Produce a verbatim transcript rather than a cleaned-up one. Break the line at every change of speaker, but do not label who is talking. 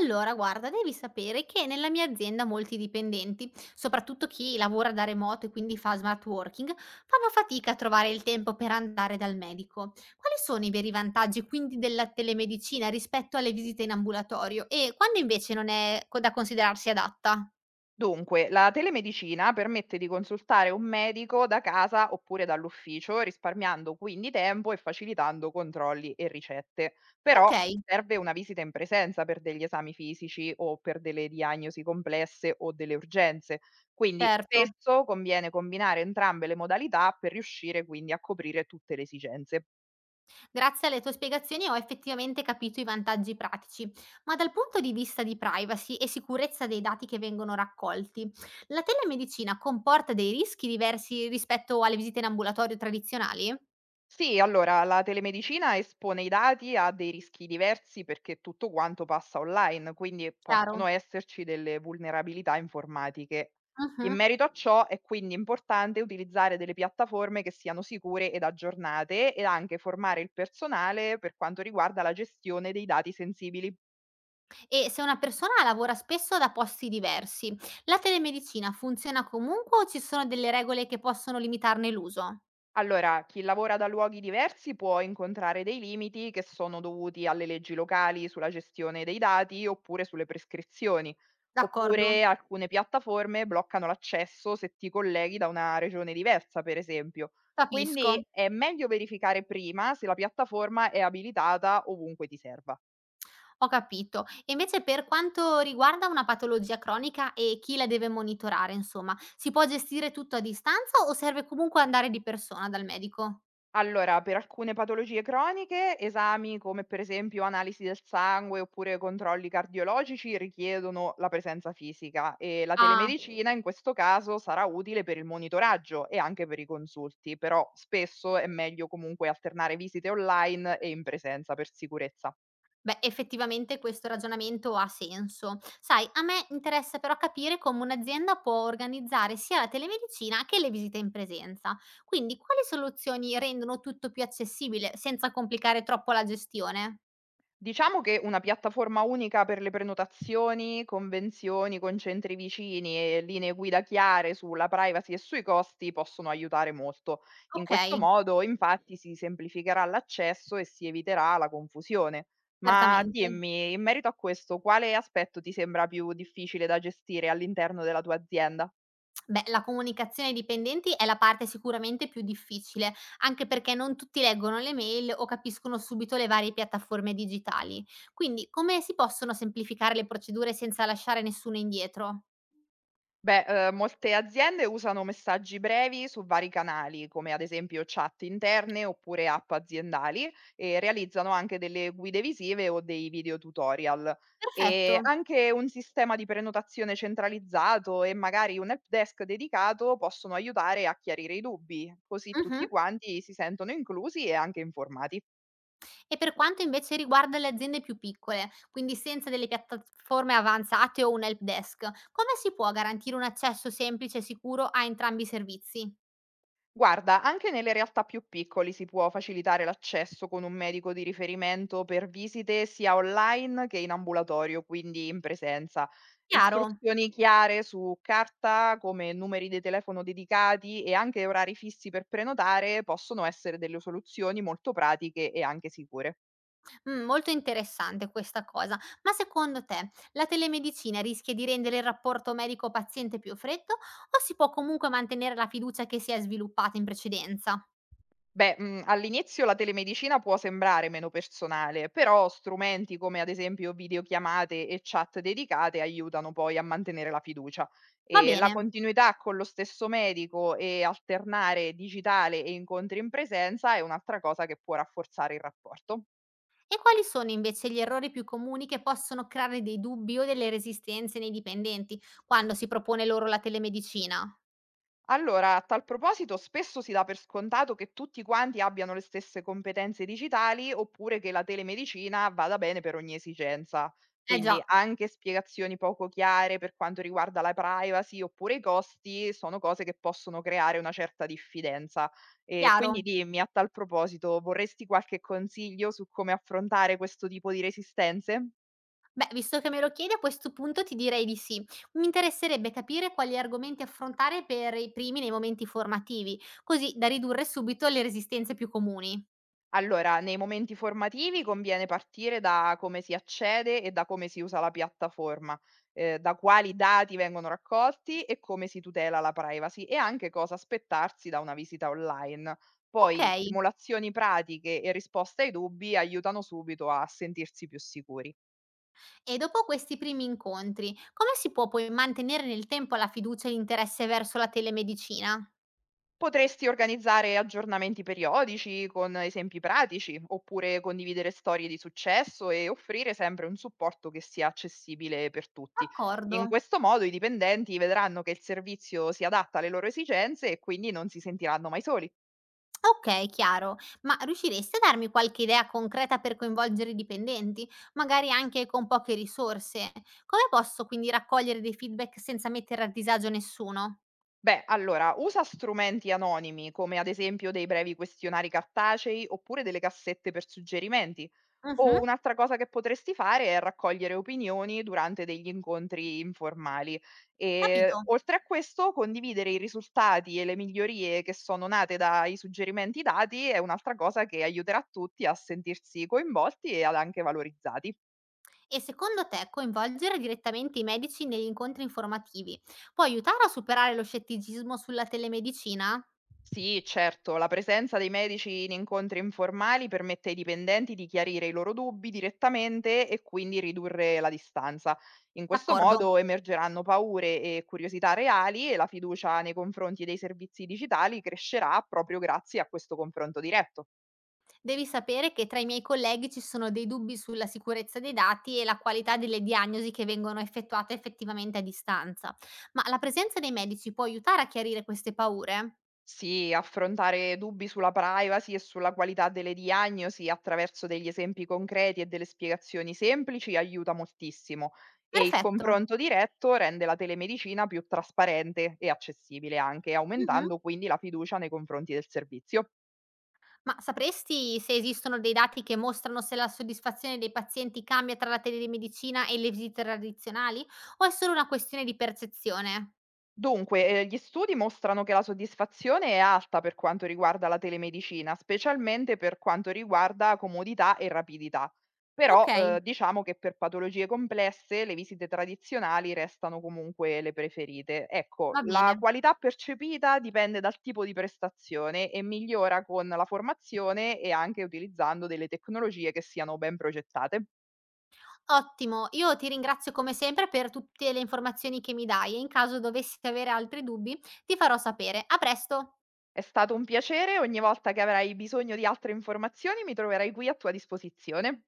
Allora, guarda, devi sapere che nella mia azienda molti dipendenti, soprattutto chi lavora da remoto e quindi fa smart working, fanno fatica a trovare il tempo per andare dal medico. Quali sono i veri vantaggi quindi della telemedicina rispetto alle visite in ambulatorio e quando invece non è co- da considerarsi adatta?
Dunque, la telemedicina permette di consultare un medico da casa oppure dall'ufficio, risparmiando quindi tempo e facilitando controlli e ricette. Però
Ok,
serve una visita in presenza per degli esami fisici o per delle diagnosi complesse o delle urgenze. Quindi
certo.
spesso conviene combinare entrambe le modalità per riuscire quindi a coprire tutte le esigenze.
Grazie alle tue spiegazioni ho effettivamente capito i vantaggi pratici, ma dal punto di vista di privacy e sicurezza dei dati che vengono raccolti, la telemedicina comporta dei rischi diversi rispetto alle visite in ambulatorio tradizionali?
Sì, allora la telemedicina espone i dati a dei rischi diversi perché tutto quanto passa online, quindi
Chiaro.
possono esserci delle vulnerabilità informatiche. In
Mhm.
merito a ciò è quindi importante utilizzare delle piattaforme che siano sicure ed aggiornate ed anche formare il personale per quanto riguarda la gestione dei dati sensibili.
E se una persona lavora spesso da posti diversi, la telemedicina funziona comunque o ci sono delle regole che possono limitarne l'uso?
Allora, chi lavora da luoghi diversi può incontrare dei limiti che sono dovuti alle leggi locali sulla gestione dei dati oppure sulle prescrizioni,
D'accordo,
oppure alcune piattaforme bloccano l'accesso se ti colleghi da una regione diversa, per esempio.
capisco.
Quindi è meglio verificare prima se la piattaforma è abilitata ovunque ti serva.
Ho capito. E invece per quanto riguarda una patologia cronica e chi la deve monitorare, insomma, si può gestire tutto a distanza o serve comunque andare di persona dal medico?
Allora, per alcune patologie croniche, esami come per esempio analisi del sangue oppure controlli cardiologici richiedono la presenza fisica e la
Ah,
telemedicina in questo caso sarà utile per il monitoraggio e anche per i consulti, però spesso è meglio comunque alternare visite online e in presenza per sicurezza.
beh, effettivamente questo ragionamento ha senso. Sai, a me interessa però capire come un'azienda può organizzare sia la telemedicina che le visite in presenza. Quindi, quali soluzioni rendono tutto più accessibile senza complicare troppo la gestione?
Diciamo che una piattaforma unica per le prenotazioni, convenzioni con centri vicini e linee guida chiare sulla privacy e sui costi possono aiutare molto. In
Ok,
questo modo, infatti, si semplificherà l'accesso e si eviterà la confusione. Ma
certamente.
dimmi, in merito a questo, quale aspetto ti sembra più difficile da gestire all'interno della tua azienda?
Beh, la comunicazione ai dipendenti è la parte sicuramente più difficile, anche perché non tutti leggono le mail o capiscono subito le varie piattaforme digitali. Quindi, come si possono semplificare le procedure senza lasciare nessuno indietro?
Beh, ehm, molte aziende usano messaggi brevi su vari canali, come ad esempio chat interne oppure app aziendali, e realizzano anche delle guide visive o dei video tutorial. E
Perfetto.
anche un sistema di prenotazione centralizzato e magari un help desk dedicato possono aiutare a chiarire i dubbi, così
Mhm.
tutti quanti si sentono inclusi e anche informati.
E per quanto invece riguarda le aziende più piccole, quindi senza delle piattaforme avanzate o un help desk, come si può garantire un accesso semplice e sicuro a entrambi i servizi?
Guarda, anche nelle realtà più piccoli si può facilitare l'accesso con un medico di riferimento per visite sia online che in ambulatorio, quindi in presenza.
Chiaro?
Istruzioni chiare su carta, come numeri di telefono dedicati e anche orari fissi per prenotare, possono essere delle soluzioni molto pratiche e anche sicure.
Mh, molto interessante questa cosa. Ma secondo te la telemedicina rischia di rendere il rapporto medico-paziente più freddo o si può comunque mantenere la fiducia che si è sviluppata in precedenza?
Beh, mhmm, all'inizio la telemedicina può sembrare meno personale, però strumenti come ad esempio videochiamate e chat dedicate aiutano poi a mantenere la fiducia.
Va
Ehm, la
bene.
continuità con lo stesso medico e alternare digitale e incontri in presenza è un'altra cosa che può rafforzare il rapporto.
E quali sono invece gli errori più comuni che possono creare dei dubbi o delle resistenze nei dipendenti quando si propone loro la telemedicina?
Allora, a tal proposito, spesso si dà per scontato che tutti quanti abbiano le stesse competenze digitali oppure che la telemedicina vada bene per ogni esigenza.
Eh
Quindi
già,
anche spiegazioni poco chiare per quanto riguarda la privacy oppure i costi sono cose che possono creare una certa diffidenza. E
chiaro.
quindi dimmi, a tal proposito, vorresti qualche consiglio su come affrontare questo tipo di resistenze?
Beh, visto che me lo chiedi, a questo punto ti direi di sì. Mi interesserebbe capire quali argomenti affrontare per i primi nei momenti formativi, così da ridurre subito le resistenze più comuni.
Allora, nei momenti formativi conviene partire da come si accede e da come si usa la piattaforma, eh, da quali dati vengono raccolti e come si tutela la privacy e anche cosa aspettarsi da una visita online.
Ok,
Poi simulazioni pratiche e risposte ai dubbi aiutano subito a sentirsi più sicuri.
e dopo questi primi incontri, come si può poi mantenere nel tempo la fiducia e l'interesse verso la telemedicina?
Potresti organizzare aggiornamenti periodici con esempi pratici, oppure condividere storie di successo e offrire sempre un supporto che sia accessibile per tutti.
D'accordo.
In questo modo i dipendenti vedranno che il servizio si adatta alle loro esigenze e quindi non si sentiranno mai soli.
Okay, chiaro. Ma riusciresti a darmi qualche idea concreta per coinvolgere i dipendenti, magari anche con poche risorse? Come posso quindi raccogliere dei feedback senza mettere a disagio nessuno?
Beh, allora, usa strumenti anonimi, come ad esempio dei brevi questionari cartacei oppure delle cassette per suggerimenti. O
Mh-mh,
un'altra cosa che potresti fare è raccogliere opinioni durante degli incontri informali. E
capito.
oltre a questo, condividere i risultati e le migliorie che sono nate dai suggerimenti dati è un'altra cosa che aiuterà tutti a sentirsi coinvolti e ad anche valorizzati.
E secondo te coinvolgere direttamente i medici negli incontri informativi può aiutare a superare lo scetticismo sulla telemedicina?
Sì, certo, la presenza dei medici in incontri informali permette ai dipendenti di chiarire i loro dubbi direttamente e quindi ridurre la distanza. In questo
D'accordo.
modo emergeranno paure e curiosità reali e la fiducia nei confronti dei servizi digitali crescerà proprio grazie a questo confronto diretto.
Devi sapere che tra i miei colleghi ci sono dei dubbi sulla sicurezza dei dati e la qualità delle diagnosi che vengono effettuate effettivamente a distanza. Ma la presenza dei medici può aiutare a chiarire queste paure?
Sì, affrontare dubbi sulla privacy e sulla qualità delle diagnosi attraverso degli esempi concreti e delle spiegazioni semplici aiuta moltissimo e il
Perfetto.
confronto diretto rende la telemedicina più trasparente e accessibile anche,
Mhm.
aumentando quindi la fiducia nei confronti del servizio.
Ma sapresti se esistono dei dati che mostrano se la soddisfazione dei pazienti cambia tra la telemedicina e le visite tradizionali o è solo una questione di percezione?
Dunque, ehm, gli studi mostrano che la soddisfazione è alta per quanto riguarda la telemedicina, specialmente per quanto riguarda comodità e rapidità. Però,
Ok,
uhm, diciamo che per patologie complesse le visite tradizionali restano comunque le preferite. Ecco,
va
la
bene.
qualità percepita dipende dal tipo di prestazione e migliora con la formazione e anche utilizzando delle tecnologie che siano ben progettate.
Ottimo, io ti ringrazio come sempre per tutte le informazioni che mi dai e in caso dovessi avere altri dubbi ti farò sapere. A presto!
È stato un piacere, ogni volta che avrai bisogno di altre informazioni mi troverai qui a tua disposizione.